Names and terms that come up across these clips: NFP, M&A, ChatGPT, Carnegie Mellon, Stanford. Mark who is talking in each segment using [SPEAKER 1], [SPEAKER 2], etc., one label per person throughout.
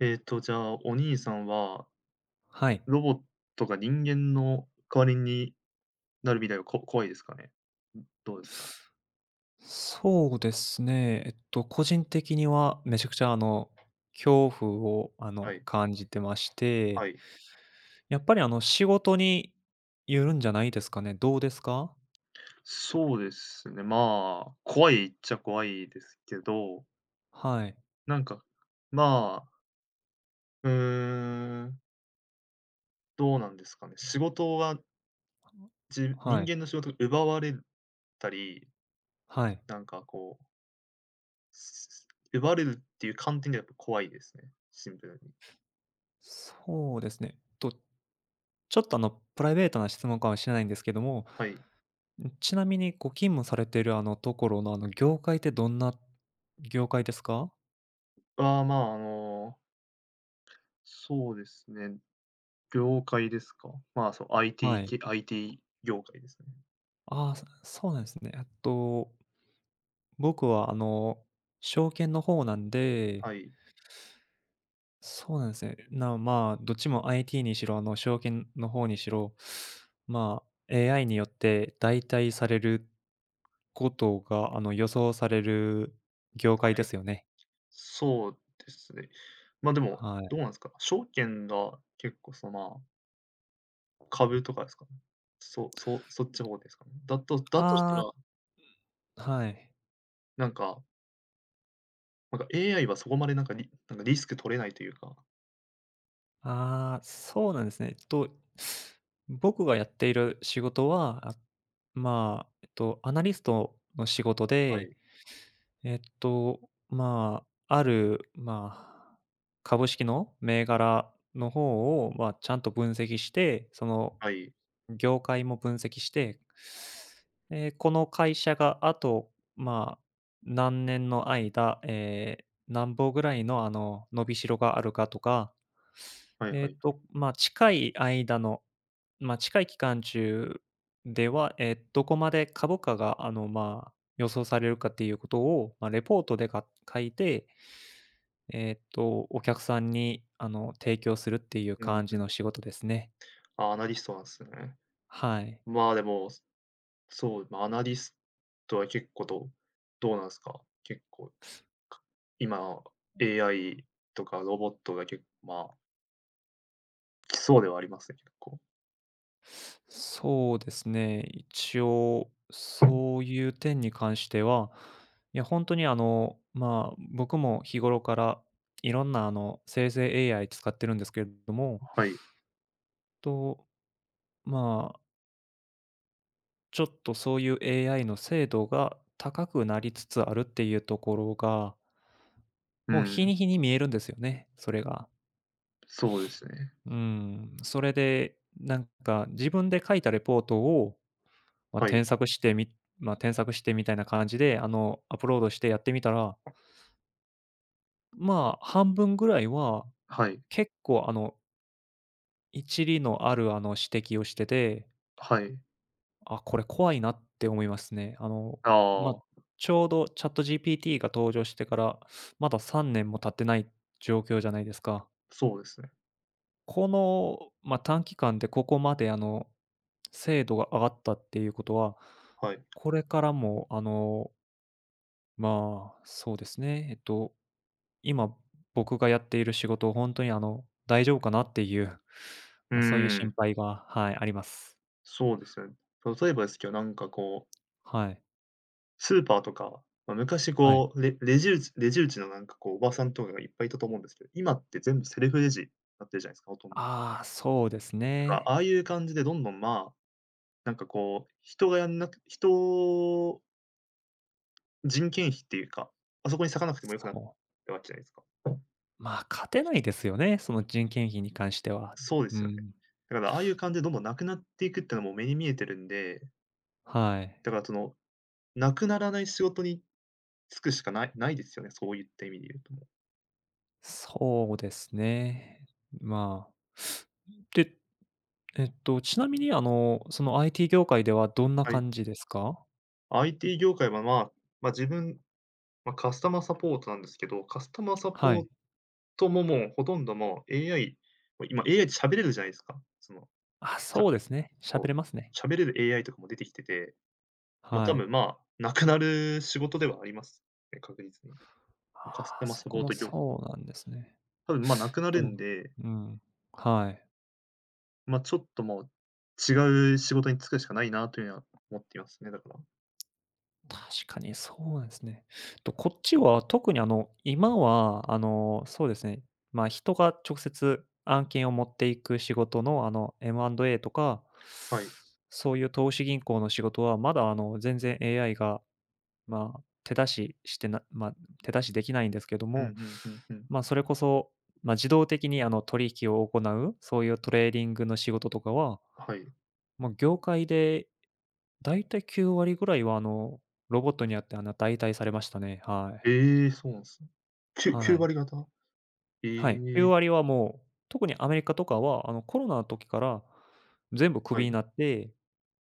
[SPEAKER 1] じゃあ、お兄さんは、
[SPEAKER 2] はい。
[SPEAKER 1] ロボットが人間の代わりになる未来は、怖いですかね？どうですか？
[SPEAKER 2] そうですね。個人的にはめちゃくちゃ恐怖を
[SPEAKER 1] はい、
[SPEAKER 2] 感じてまし
[SPEAKER 1] は
[SPEAKER 2] て、
[SPEAKER 1] い。
[SPEAKER 2] やっぱり仕事によるんじゃないですかね。どうですか？
[SPEAKER 1] そうですね、まあ、怖いっちゃ怖いですけど、
[SPEAKER 2] はい、
[SPEAKER 1] なんか、まあ、うーん、どうなんですかね、仕事は、人
[SPEAKER 2] はい、
[SPEAKER 1] 間の仕事が奪われたり、
[SPEAKER 2] はい。
[SPEAKER 1] なんかこう、す奪われるっていう観点でやっぱ怖いですね、シンプルに。
[SPEAKER 2] そうですね。ちょっとプライベートな質問かもしれないんですけども、
[SPEAKER 1] はい。
[SPEAKER 2] ちなみにご勤務されているところの業界ってどんな業界ですか？
[SPEAKER 1] ああまあ、そうですね。業界ですか？まあ、そう、
[SPEAKER 2] はい。
[SPEAKER 1] IT 業界ですね。
[SPEAKER 2] ああ、そうなんですね。僕は証券の方なんで、
[SPEAKER 1] はい、
[SPEAKER 2] そうなんですね。まあ、どっちも IT にしろ、証券の方にしろ、まあ、AI によって代替されることが、予想される業界
[SPEAKER 1] は
[SPEAKER 2] で
[SPEAKER 1] い。
[SPEAKER 2] すよね。
[SPEAKER 1] そうですね。まあ、でも、
[SPEAKER 2] はい。
[SPEAKER 1] どうなんですか？証券が結構まあ、株とかですかね？そうそう、そっち方ですかね？だとした
[SPEAKER 2] あ
[SPEAKER 1] ら、
[SPEAKER 2] あ、はい。
[SPEAKER 1] なんかなんか AI はそこまでなんかリスク取れないというか、
[SPEAKER 2] ああ、そうなんですね。えっと、僕がやっている仕事は、まあ、アナリストの仕事
[SPEAKER 1] は
[SPEAKER 2] で
[SPEAKER 1] い、
[SPEAKER 2] えっと、まあ、まあ、株式の銘柄の方を、まあ、ちゃんと分析して、その
[SPEAKER 1] はい、
[SPEAKER 2] 業界も分析して、この会社があと、まあ、何年の間、何ぼぐらいの、伸びしろがあるかとか、
[SPEAKER 1] はいはいはい。
[SPEAKER 2] まあ、近い間のまあ、近い期間中では、どこまで株価が、まあ、予想されるかっていうことを、まあ、レポートで書いて、お客さんに、提供するっていう
[SPEAKER 1] うん
[SPEAKER 2] 感
[SPEAKER 1] う
[SPEAKER 2] じ
[SPEAKER 1] ん。
[SPEAKER 2] の仕事ですね。
[SPEAKER 1] あ、アナリストなんですね。
[SPEAKER 2] はい。
[SPEAKER 1] まあ、でも、そう、ま、アナリストは結構どうなんですか？結構今、AI とかロボットが結構まあ、来そうではありますね、結構。
[SPEAKER 2] そうですね、一応、そういう点に関しては、いや、本当に、まあ、僕も日頃からいろんな、生成 AI 使ってるんですけれども、
[SPEAKER 1] はい。
[SPEAKER 2] と、まあ、ちょっとそういう AI の精度が高くなりつつあるっていうところが、
[SPEAKER 1] う
[SPEAKER 2] もう日
[SPEAKER 1] ん、
[SPEAKER 2] に日に見えるんですよね、それが。
[SPEAKER 1] そうですね。
[SPEAKER 2] うん、それで、なんか自分で書いたレポートを、まあ、
[SPEAKER 1] はい、
[SPEAKER 2] 添削してみまあ、添削してみたいな感じで、アップロードしてやってみたら、まあ、半分ぐらいは
[SPEAKER 1] はい、
[SPEAKER 2] 結構、一理のある、指摘をしてて、
[SPEAKER 1] はい。
[SPEAKER 2] あ、これ怖いなって思いますね。まあ、
[SPEAKER 1] ああ、
[SPEAKER 2] ちょうどチャット g p t が登場してから、まだ3年も経ってない状況じゃないですか。
[SPEAKER 1] そうですね。
[SPEAKER 2] この、まあ、短期間でここまで、精度が上がったっていうことは、
[SPEAKER 1] はい。う
[SPEAKER 2] これからも、まあ、そうですね、今僕がやっている仕事、を本当に、大丈夫かなっていう、
[SPEAKER 1] ー
[SPEAKER 2] まあ、そういう心
[SPEAKER 1] ん、
[SPEAKER 2] 配が、はい、あります。
[SPEAKER 1] そうですよね。例えばですけど、なんかこう、
[SPEAKER 2] はい。
[SPEAKER 1] スーパーとか、ま、昔
[SPEAKER 2] はい。
[SPEAKER 1] こう、レジ打ち、レジ打ちのなんかこう、おばさんとかがいっぱいいたと思うんですけど、今って全部セルフレジになってるじゃないですか、ほとんど。
[SPEAKER 2] ああ、そうです
[SPEAKER 1] あ
[SPEAKER 2] ね。
[SPEAKER 1] あいう感じでどんどん、まあ、なんかこう、人がやんなく、人件費っていうか、あそこに割かなくても良く
[SPEAKER 2] そ
[SPEAKER 1] なっ
[SPEAKER 2] う。
[SPEAKER 1] たわけじゃないですか。
[SPEAKER 2] まあ、勝てないですよね、その人件費に関しては。
[SPEAKER 1] そうで
[SPEAKER 2] う
[SPEAKER 1] すよね。
[SPEAKER 2] ん。
[SPEAKER 1] だからああいう感じでどんどんなくなっていくってのはもう目に見えてるんで、
[SPEAKER 2] はい。
[SPEAKER 1] だからその、なくならない仕事に就くしかないですよね、そういった意味で言うともう。
[SPEAKER 2] そうですね。まあ。で、ちなみに、その IT 業界ではどんな
[SPEAKER 1] はい。
[SPEAKER 2] 感じですか？
[SPEAKER 1] IT 業界は、まあ、ま、自分、ま、カスタマーサポートなんですけど、カスタマーサ
[SPEAKER 2] は
[SPEAKER 1] ポー
[SPEAKER 2] い。
[SPEAKER 1] トももうほとんどもう AI、もう今 AI で喋れるじゃないですか。その、
[SPEAKER 2] あ、
[SPEAKER 1] ちゃん
[SPEAKER 2] そうですね。喋
[SPEAKER 1] と
[SPEAKER 2] れますね。
[SPEAKER 1] 喋れる AI とかも出てきてて、まあ、
[SPEAKER 2] は
[SPEAKER 1] 多
[SPEAKER 2] い。
[SPEAKER 1] 分、まあ、なくなる仕事ではありますね、確実に。カス
[SPEAKER 2] あ
[SPEAKER 1] タ
[SPEAKER 2] あ、
[SPEAKER 1] マー
[SPEAKER 2] そ
[SPEAKER 1] サ
[SPEAKER 2] こ
[SPEAKER 1] ポー
[SPEAKER 2] も
[SPEAKER 1] ト業、
[SPEAKER 2] そうなんですね。
[SPEAKER 1] 多分、まあ、なくなる
[SPEAKER 2] ど
[SPEAKER 1] ん
[SPEAKER 2] う
[SPEAKER 1] で、
[SPEAKER 2] うん。はい。
[SPEAKER 1] まあ、ちょっともう、違う仕事に就くしかないなというのは思っていますね、だから。
[SPEAKER 2] 確かにそうなんですね。こっちは特に今はそうですね、まあ、人が直接案件を持っていく仕事のM&A とか、
[SPEAKER 1] はい。
[SPEAKER 2] そういう投資銀行の仕事はまだ全然 AI が、まあ、手出ししてなまあ、手出しできないんですけど
[SPEAKER 1] うんう
[SPEAKER 2] も、
[SPEAKER 1] んうんうん。
[SPEAKER 2] まあ、それこそ、まあ、自動的に取引を行う、そういうトレーディングの仕事とかは、
[SPEAKER 1] はい。
[SPEAKER 2] もう業界でだいたい9割ぐらいは、ロボットにあって、代替されましたね。はい。
[SPEAKER 1] ええ、そうなんですね。
[SPEAKER 2] は
[SPEAKER 1] 9
[SPEAKER 2] い。
[SPEAKER 1] 割型、
[SPEAKER 2] はい。
[SPEAKER 1] ええ、
[SPEAKER 2] 9割はもう、特にアメリカとかは、コロナの時から全部ク
[SPEAKER 1] は
[SPEAKER 2] ビに
[SPEAKER 1] い。
[SPEAKER 2] なって、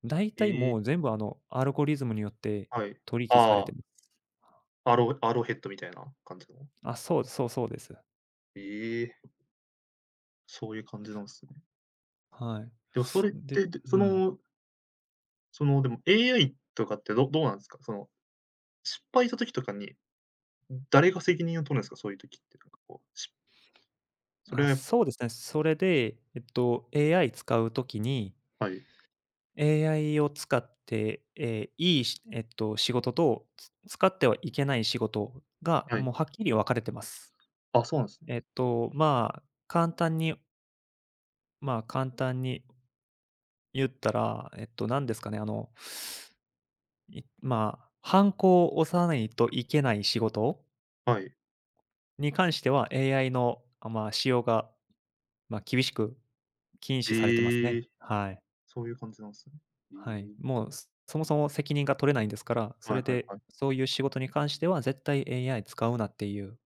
[SPEAKER 2] だいたい
[SPEAKER 1] え
[SPEAKER 2] も
[SPEAKER 1] え、
[SPEAKER 2] う全部、アルゴリズムによって
[SPEAKER 1] はい。
[SPEAKER 2] 取引され
[SPEAKER 1] あ
[SPEAKER 2] てます。
[SPEAKER 1] あ、アローヘッドみたいな感じの？
[SPEAKER 2] あ、そうですそうそうです。
[SPEAKER 1] ええ、そういう感じなんですね。
[SPEAKER 2] はい。
[SPEAKER 1] でもそれっ
[SPEAKER 2] で
[SPEAKER 1] て、でそ
[SPEAKER 2] うん。
[SPEAKER 1] のその、でも AI とかってどうなんですか？その失敗した時とかに、誰が責任を取るんですか？そういう時って、なんかこう、それ
[SPEAKER 2] あ、
[SPEAKER 1] はやっぱ。
[SPEAKER 2] そうですね。それで、AI 使う時に
[SPEAKER 1] はい、
[SPEAKER 2] AI を使って、いいし仕事と、使ってはいけない仕事が、
[SPEAKER 1] はい。
[SPEAKER 2] もうはっきり分かれてます。
[SPEAKER 1] あ、そうなんですね。
[SPEAKER 2] えっと、まあ、簡単にまあ、簡単に言ったら、なんですかね、まあ、ハンコを押さないといけない仕事
[SPEAKER 1] はい。
[SPEAKER 2] に関しては、AI の、まあ、使用が、まあ、厳しく禁止されてます
[SPEAKER 1] え
[SPEAKER 2] ね。
[SPEAKER 1] え、
[SPEAKER 2] はい。
[SPEAKER 1] そういう感じなんですね。ええ、
[SPEAKER 2] はい、もう、そもそも責任が取れないんですから、そ
[SPEAKER 1] はい
[SPEAKER 2] れ
[SPEAKER 1] はい
[SPEAKER 2] で、
[SPEAKER 1] はい。
[SPEAKER 2] そういう仕事に関しては絶対 AI 使うなっていう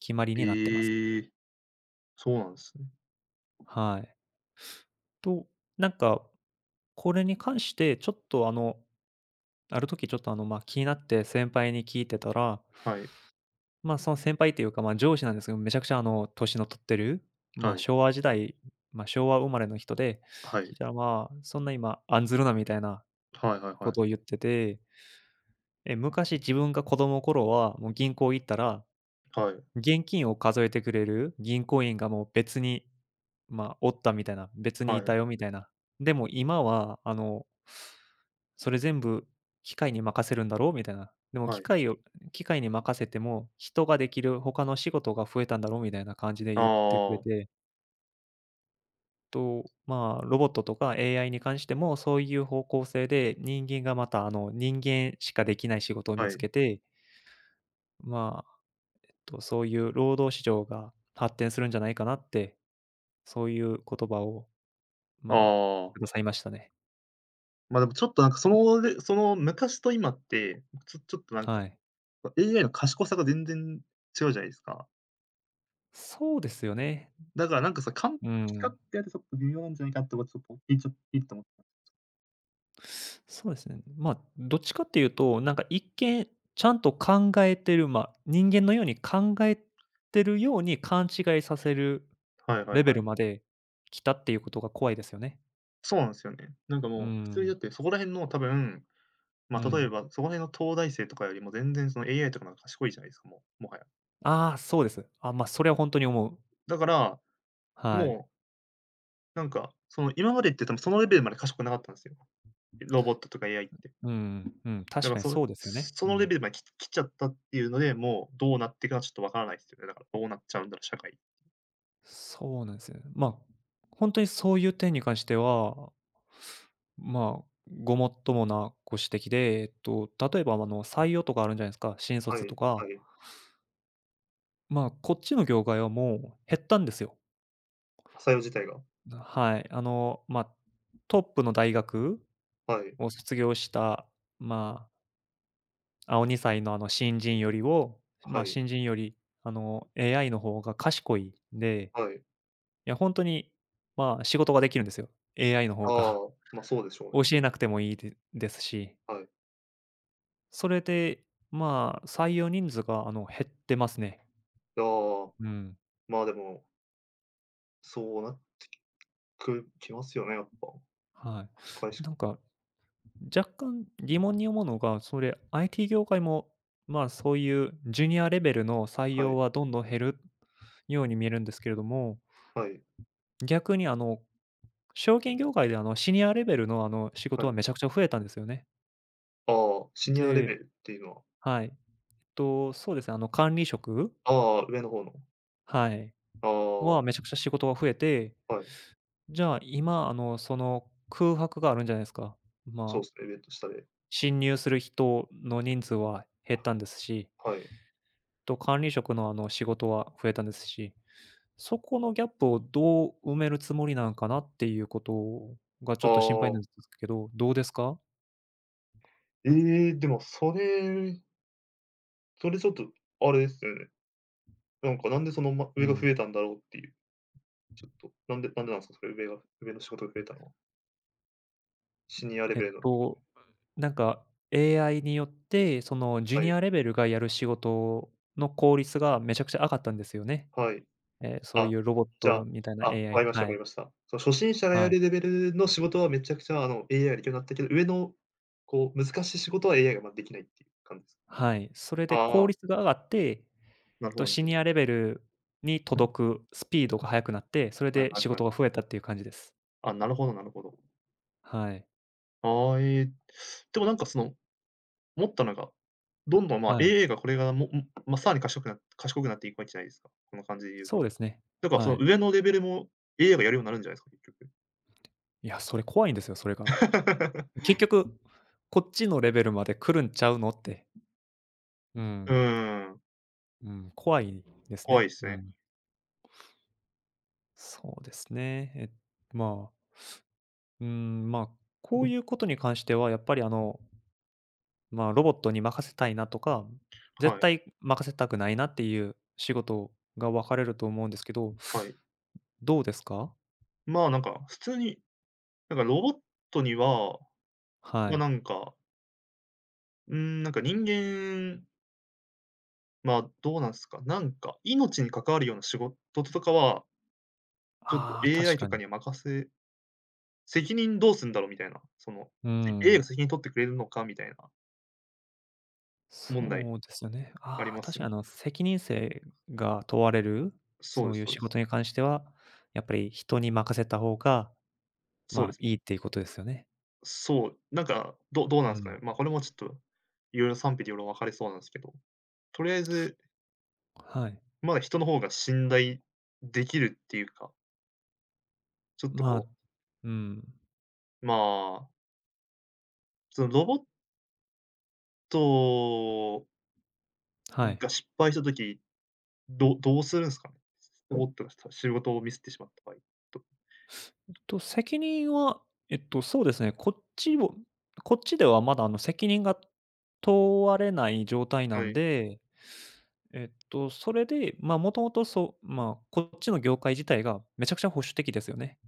[SPEAKER 2] 決まりになってます。
[SPEAKER 1] ええ、そうなんですね。
[SPEAKER 2] はい。と、なんか、これに関してちょっとある時ちょっと気になって先輩に聞いてたら、
[SPEAKER 1] はい、
[SPEAKER 2] その先輩っていうか、まあ、上司なんですけど、めちゃくちゃ年の取ってる、
[SPEAKER 1] はい、
[SPEAKER 2] 昭和時代、まあ、昭和生まれの人で、
[SPEAKER 1] はい。
[SPEAKER 2] 聞いたら、まあ、そんな今「案ずるな」みたいな
[SPEAKER 1] はいはい
[SPEAKER 2] こ
[SPEAKER 1] は
[SPEAKER 2] とを
[SPEAKER 1] い。
[SPEAKER 2] 言ってて、え、昔自分が子供の頃は、もう銀行行ったら、
[SPEAKER 1] はい、
[SPEAKER 2] 現金を数えてくれる銀行員がもう別に、まあ、おったみたいな、別に
[SPEAKER 1] は
[SPEAKER 2] い
[SPEAKER 1] い、
[SPEAKER 2] たよみたいな。でも今は、それ全部機械に任せるんだろうみたいな。でも
[SPEAKER 1] はい。
[SPEAKER 2] 機械に任せても、人ができる他の仕事が増えたんだろうみたいな感じで言ってくれ
[SPEAKER 1] ああ、
[SPEAKER 2] て、まあ、ロボットとか AI に関してもそういう方向性で、人間がまた、人間しかできない仕事を見
[SPEAKER 1] は
[SPEAKER 2] つ
[SPEAKER 1] い。
[SPEAKER 2] けて、まあ、そういう労働市場が発展するんじゃないかなって、そういう言葉を、まあ、
[SPEAKER 1] ああ、
[SPEAKER 2] くださいましたね。
[SPEAKER 1] ま、でもちょっとなんかそのでその昔と今って、ちょっとなんか、
[SPEAKER 2] はい。
[SPEAKER 1] AI の賢さが全然違うじゃないですか。
[SPEAKER 2] そうですよね。
[SPEAKER 1] だからなんかさ、完
[SPEAKER 2] う
[SPEAKER 1] 璧かって
[SPEAKER 2] ん。
[SPEAKER 1] 言われてちょっと微妙なんじゃないかってことちょっと聞いちゃいいと思っ
[SPEAKER 2] そうですね。まあ、どっちかっていうと、なんか一見ちゃんと考えてる、まあ、人間のように考えてるように勘違いさせる
[SPEAKER 1] た。はいはい
[SPEAKER 2] レ
[SPEAKER 1] は
[SPEAKER 2] ベル
[SPEAKER 1] い。
[SPEAKER 2] まで来たっていうことが怖いですよね。
[SPEAKER 1] そうなんですよね。なんか
[SPEAKER 2] う
[SPEAKER 1] もう、普通にだっ
[SPEAKER 2] ん、
[SPEAKER 1] てそこら辺の多分、
[SPEAKER 2] う
[SPEAKER 1] ま、例え
[SPEAKER 2] ん。
[SPEAKER 1] ばそこら辺の東大生とかよりも全然その AI とかの方が賢いじゃないですか、もう、もはや。
[SPEAKER 2] ああ、そうです。あ、まあ、それは本当に思う。
[SPEAKER 1] だから、
[SPEAKER 2] はい。
[SPEAKER 1] もうなんか、その今までって多分そのレベルまで賢くなかったんですよ。ロボットとか AI って。
[SPEAKER 2] うん、うん、
[SPEAKER 1] だ
[SPEAKER 2] 確
[SPEAKER 1] から
[SPEAKER 2] かに
[SPEAKER 1] それ
[SPEAKER 2] そうですよね。
[SPEAKER 1] そ
[SPEAKER 2] う
[SPEAKER 1] のレ
[SPEAKER 2] ん。
[SPEAKER 1] ベルまで来ちゃったっていうので、もうどうなっていくかはちょっとわからないですよね。だからどうなっちゃうんだろう、社会。
[SPEAKER 2] そうなんですよね。本当にそういう点に関しては、まあ、ごもっともなご指摘で、例えば、採用とかあるんじゃないですか、新
[SPEAKER 1] は
[SPEAKER 2] 卒と
[SPEAKER 1] い、は
[SPEAKER 2] か。
[SPEAKER 1] い。
[SPEAKER 2] まあ、こっちの業界はもう減ったんですよ。
[SPEAKER 1] 採用自体が。
[SPEAKER 2] はい。まあ、トップの大学
[SPEAKER 1] はい、
[SPEAKER 2] を卒業した、まあ、2歳の、新人よりを、
[SPEAKER 1] は
[SPEAKER 2] まあ、
[SPEAKER 1] い、
[SPEAKER 2] 新人より、AI の方が賢いんで、
[SPEAKER 1] はい。
[SPEAKER 2] いや、本当に、まあ、仕事ができるんですよ、AI の方
[SPEAKER 1] あ
[SPEAKER 2] が。
[SPEAKER 1] あ、ま、あそうでしょう
[SPEAKER 2] 教
[SPEAKER 1] ね。
[SPEAKER 2] えなくてもいいでですし、
[SPEAKER 1] はい。
[SPEAKER 2] それで、まあ、採用人数が、減ってますね。
[SPEAKER 1] ああ、
[SPEAKER 2] うん。
[SPEAKER 1] まあ、でも、そうなくきますよね、やっぱ。
[SPEAKER 2] は
[SPEAKER 1] しかし、
[SPEAKER 2] い。なんか、若干疑問に思うのが、それ、IT 業界も、まあ、そういうジュニアレベルの採
[SPEAKER 1] は
[SPEAKER 2] 用
[SPEAKER 1] い、
[SPEAKER 2] はどんどん減るように見えるんですけれども、
[SPEAKER 1] はい、
[SPEAKER 2] 逆に、証券業界で、シニアレベルの、仕
[SPEAKER 1] は
[SPEAKER 2] 事は
[SPEAKER 1] い。
[SPEAKER 2] めちゃくちゃ増えたんですよね。
[SPEAKER 1] ああ、シニアレベ
[SPEAKER 2] で
[SPEAKER 1] ルっていうのは。
[SPEAKER 2] はい。そうですね、管理職
[SPEAKER 1] ああ、上の方の。
[SPEAKER 2] はい。
[SPEAKER 1] あ
[SPEAKER 2] は、
[SPEAKER 1] あ、
[SPEAKER 2] めちゃくちゃ仕事が増えて、
[SPEAKER 1] はい、
[SPEAKER 2] じゃあ、今、その空白があるんじゃないですか。
[SPEAKER 1] そう
[SPEAKER 2] ま
[SPEAKER 1] で
[SPEAKER 2] あ、
[SPEAKER 1] すね、上と下で。
[SPEAKER 2] 侵入する人の人数は減ったんですし、
[SPEAKER 1] はい。
[SPEAKER 2] と管理職のあの仕事は増えたんですし、そこのギャップをどう埋めるつもりなんかなっていうことがちょ
[SPEAKER 1] あ
[SPEAKER 2] っと心配な
[SPEAKER 1] あ、
[SPEAKER 2] んですけど、どうですか？
[SPEAKER 1] ええ、でもそれちょっとあれですよね。なんか、なんでその、ま、
[SPEAKER 2] う
[SPEAKER 1] 上が
[SPEAKER 2] ん。
[SPEAKER 1] 増えたんだろうっていう、ちょっと、なんでなんですか？それ上の仕事が増えたのは。シニアレ
[SPEAKER 2] え
[SPEAKER 1] ベ
[SPEAKER 2] っ
[SPEAKER 1] ルの。
[SPEAKER 2] と、なんか AI によって、そのジュ
[SPEAKER 1] は
[SPEAKER 2] ニ
[SPEAKER 1] い、
[SPEAKER 2] アレベルがやる仕事の効率がめちゃくちゃ上がったんですよね。
[SPEAKER 1] はい。
[SPEAKER 2] ええ、そう
[SPEAKER 1] あ、
[SPEAKER 2] いうロボッ
[SPEAKER 1] じゃあ、
[SPEAKER 2] トみたいな
[SPEAKER 1] あ、わか
[SPEAKER 2] AI
[SPEAKER 1] りました、わ
[SPEAKER 2] は
[SPEAKER 1] かり
[SPEAKER 2] い、
[SPEAKER 1] ました。その初心者がや
[SPEAKER 2] はい。
[SPEAKER 1] るレベルの仕事はめちゃくちゃ、AI ができるようになったけど、上の、こう、難しい仕事は AI が、ま、できないっていう感じです。
[SPEAKER 2] はい、それで
[SPEAKER 1] あ
[SPEAKER 2] 効
[SPEAKER 1] あ、
[SPEAKER 2] 率が上がって、
[SPEAKER 1] なるほ
[SPEAKER 2] と
[SPEAKER 1] ど、なる
[SPEAKER 2] シ
[SPEAKER 1] ほど。
[SPEAKER 2] ニアレベルに届くスピードが速くなって、それ
[SPEAKER 1] はい
[SPEAKER 2] で
[SPEAKER 1] はい
[SPEAKER 2] 仕
[SPEAKER 1] は
[SPEAKER 2] 事が
[SPEAKER 1] い。
[SPEAKER 2] 増えたっていう感じです。
[SPEAKER 1] あ、なるほど、なるほど。
[SPEAKER 2] はい。
[SPEAKER 1] ああ、ええ、でもなんかその、思ったのが、どんどん、ま、
[SPEAKER 2] はい。
[SPEAKER 1] AI がこれが、もんま、さらに賢くなっていくわけじゃないですか、この感じで言う
[SPEAKER 2] そう
[SPEAKER 1] と。
[SPEAKER 2] ですね。
[SPEAKER 1] だからそ
[SPEAKER 2] は
[SPEAKER 1] の
[SPEAKER 2] い。
[SPEAKER 1] 上のレベルも AI がやるようになるんじゃないですか、結局。
[SPEAKER 2] いや、それ怖いんですよ、それが。結局、こっちのレベルまで来るんちゃうのって。う
[SPEAKER 1] う
[SPEAKER 2] ん。
[SPEAKER 1] ーん、
[SPEAKER 2] うん、怖いです
[SPEAKER 1] 怖いで
[SPEAKER 2] ね。
[SPEAKER 1] す
[SPEAKER 2] う
[SPEAKER 1] ね。
[SPEAKER 2] ん。そうですね。え、まあ、うん、まあ、こういうことに関してはやっぱりまあ、ロボットに任せたいなとか、
[SPEAKER 1] は
[SPEAKER 2] 絶
[SPEAKER 1] い、
[SPEAKER 2] 対任せたくないなっていう仕事が分かれると思うんですけど、
[SPEAKER 1] はい。
[SPEAKER 2] どうですか？
[SPEAKER 1] まあ、なんか普通になんかロボットには、
[SPEAKER 2] は
[SPEAKER 1] ま、な
[SPEAKER 2] い。
[SPEAKER 1] んか、なんか人間、ま、どうなんすか、なんか命に関わるような仕事とかは、ちょっと
[SPEAKER 2] ああ、確
[SPEAKER 1] AI と
[SPEAKER 2] か
[SPEAKER 1] か
[SPEAKER 2] に。
[SPEAKER 1] には任せ、責任どうすんだろうみたいな、その、
[SPEAKER 2] うー
[SPEAKER 1] AI が
[SPEAKER 2] ん。
[SPEAKER 1] 責任取ってくれるのかみたいな問題
[SPEAKER 2] そうですよね。
[SPEAKER 1] あり
[SPEAKER 2] ああ、
[SPEAKER 1] ま
[SPEAKER 2] 確
[SPEAKER 1] す
[SPEAKER 2] か
[SPEAKER 1] ね。
[SPEAKER 2] に責任性が問われる、
[SPEAKER 1] そう
[SPEAKER 2] そ
[SPEAKER 1] で
[SPEAKER 2] う
[SPEAKER 1] す、
[SPEAKER 2] いう
[SPEAKER 1] そう
[SPEAKER 2] 仕
[SPEAKER 1] です。
[SPEAKER 2] 事に関しては、やっぱり人に任せた方が、
[SPEAKER 1] そう
[SPEAKER 2] ま
[SPEAKER 1] で
[SPEAKER 2] あ、
[SPEAKER 1] すね。
[SPEAKER 2] いいっていうことですよね。
[SPEAKER 1] そう、なんか、どうな
[SPEAKER 2] う
[SPEAKER 1] んすかね。
[SPEAKER 2] ん。
[SPEAKER 1] ま、これもちょっと、いろいろ賛否両論分かれそうなんすけど、とりあえず、
[SPEAKER 2] はい。
[SPEAKER 1] まだ人の方が信頼できるっていうか、ちょっと
[SPEAKER 2] ま
[SPEAKER 1] こ
[SPEAKER 2] あ、うん。
[SPEAKER 1] う、まあ、そのロボット
[SPEAKER 2] はい。
[SPEAKER 1] が失敗した時、どうするんすかね？思ってました。仕事をミスってしまった場合と。
[SPEAKER 2] 責任は、そうですね、こっちではまだあの責任が問われない状態な
[SPEAKER 1] は
[SPEAKER 2] ん
[SPEAKER 1] い。
[SPEAKER 2] で、それで、まあ、もともとそう、まあ、こっちの業界自体がめちゃくちゃ保守的ですよね。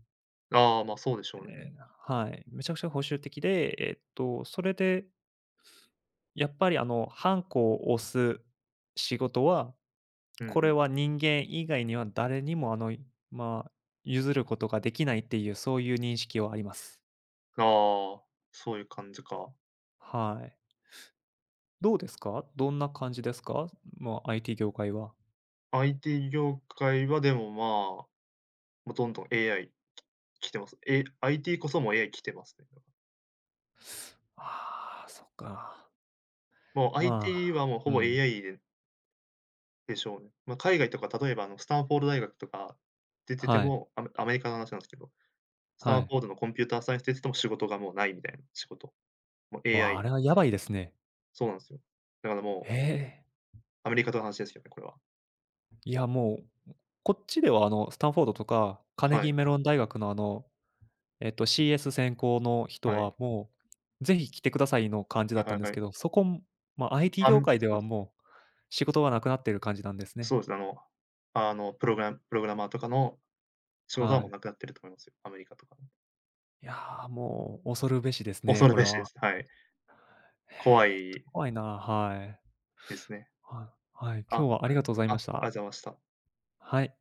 [SPEAKER 1] ああ、ま、そうでしょう
[SPEAKER 2] え
[SPEAKER 1] ね。
[SPEAKER 2] はい、めちゃくちゃ保守的で、それでやっぱりハンコを押す仕事は、
[SPEAKER 1] うんう
[SPEAKER 2] これ
[SPEAKER 1] ん。
[SPEAKER 2] は人間以外には誰にもまあ、譲ることができないっていう、そういう認識はあります。
[SPEAKER 1] ああ、そういう感じか。
[SPEAKER 2] はい。どうですか？どんな感じですか？まあ、IT 業界は。
[SPEAKER 1] IT 業界はでも、まあ、もうどんどん AI 来てます。IT こそもう AI 来てますね。
[SPEAKER 2] ああ、そっか。
[SPEAKER 1] もう
[SPEAKER 2] ま
[SPEAKER 1] IT は
[SPEAKER 2] あ、
[SPEAKER 1] もうほ
[SPEAKER 2] う
[SPEAKER 1] ぼ
[SPEAKER 2] ん。
[SPEAKER 1] AI でしょうね。ま、海外とか例えば、スタンフォード大学とか出てて
[SPEAKER 2] はい、
[SPEAKER 1] も、アメリカの話なんすけど、スタ
[SPEAKER 2] は
[SPEAKER 1] ンフォ
[SPEAKER 2] い。
[SPEAKER 1] ードのコンピューターサイエンス出てても仕事がもうないみたいな、仕事もう
[SPEAKER 2] わあ、あ
[SPEAKER 1] AI。
[SPEAKER 2] れはやばいですね。
[SPEAKER 1] そうなんですよ。だからもう、
[SPEAKER 2] ええ。
[SPEAKER 1] アメリカとの話ですよね、これは。
[SPEAKER 2] いや、もう、こっちでは、スタンフォードとか、カネ
[SPEAKER 1] は
[SPEAKER 2] ギ
[SPEAKER 1] い、
[SPEAKER 2] ーメロン大学の、CS 専攻の人
[SPEAKER 1] はい。
[SPEAKER 2] は、もう、ぜひ来てくださいの感じ
[SPEAKER 1] は
[SPEAKER 2] だ
[SPEAKER 1] い
[SPEAKER 2] っ
[SPEAKER 1] は
[SPEAKER 2] たん
[SPEAKER 1] い
[SPEAKER 2] で
[SPEAKER 1] は
[SPEAKER 2] すけ
[SPEAKER 1] い。
[SPEAKER 2] ど、そこも、まあ、IT
[SPEAKER 1] あ
[SPEAKER 2] 業
[SPEAKER 1] ん、
[SPEAKER 2] 界で
[SPEAKER 1] そう
[SPEAKER 2] は
[SPEAKER 1] ですね。
[SPEAKER 2] もう、仕事がなくなってる感じなんです
[SPEAKER 1] そ
[SPEAKER 2] ね。
[SPEAKER 1] うですね、プログラマーとかの仕事は
[SPEAKER 2] は
[SPEAKER 1] もう
[SPEAKER 2] い。
[SPEAKER 1] なくなってると思いますよ、アメリカとか。
[SPEAKER 2] いや、もう恐るべしですね、
[SPEAKER 1] 恐る
[SPEAKER 2] これ
[SPEAKER 1] べしで
[SPEAKER 2] は。
[SPEAKER 1] す。はい。怖い
[SPEAKER 2] 怖いな、はい。
[SPEAKER 1] ですね。
[SPEAKER 2] はい、はい、
[SPEAKER 1] あ、
[SPEAKER 2] 今日はあ
[SPEAKER 1] は
[SPEAKER 2] り
[SPEAKER 1] い。
[SPEAKER 2] がとうござい
[SPEAKER 1] あ、
[SPEAKER 2] ま
[SPEAKER 1] あ
[SPEAKER 2] し
[SPEAKER 1] り
[SPEAKER 2] た。
[SPEAKER 1] がとうございました。
[SPEAKER 2] はい。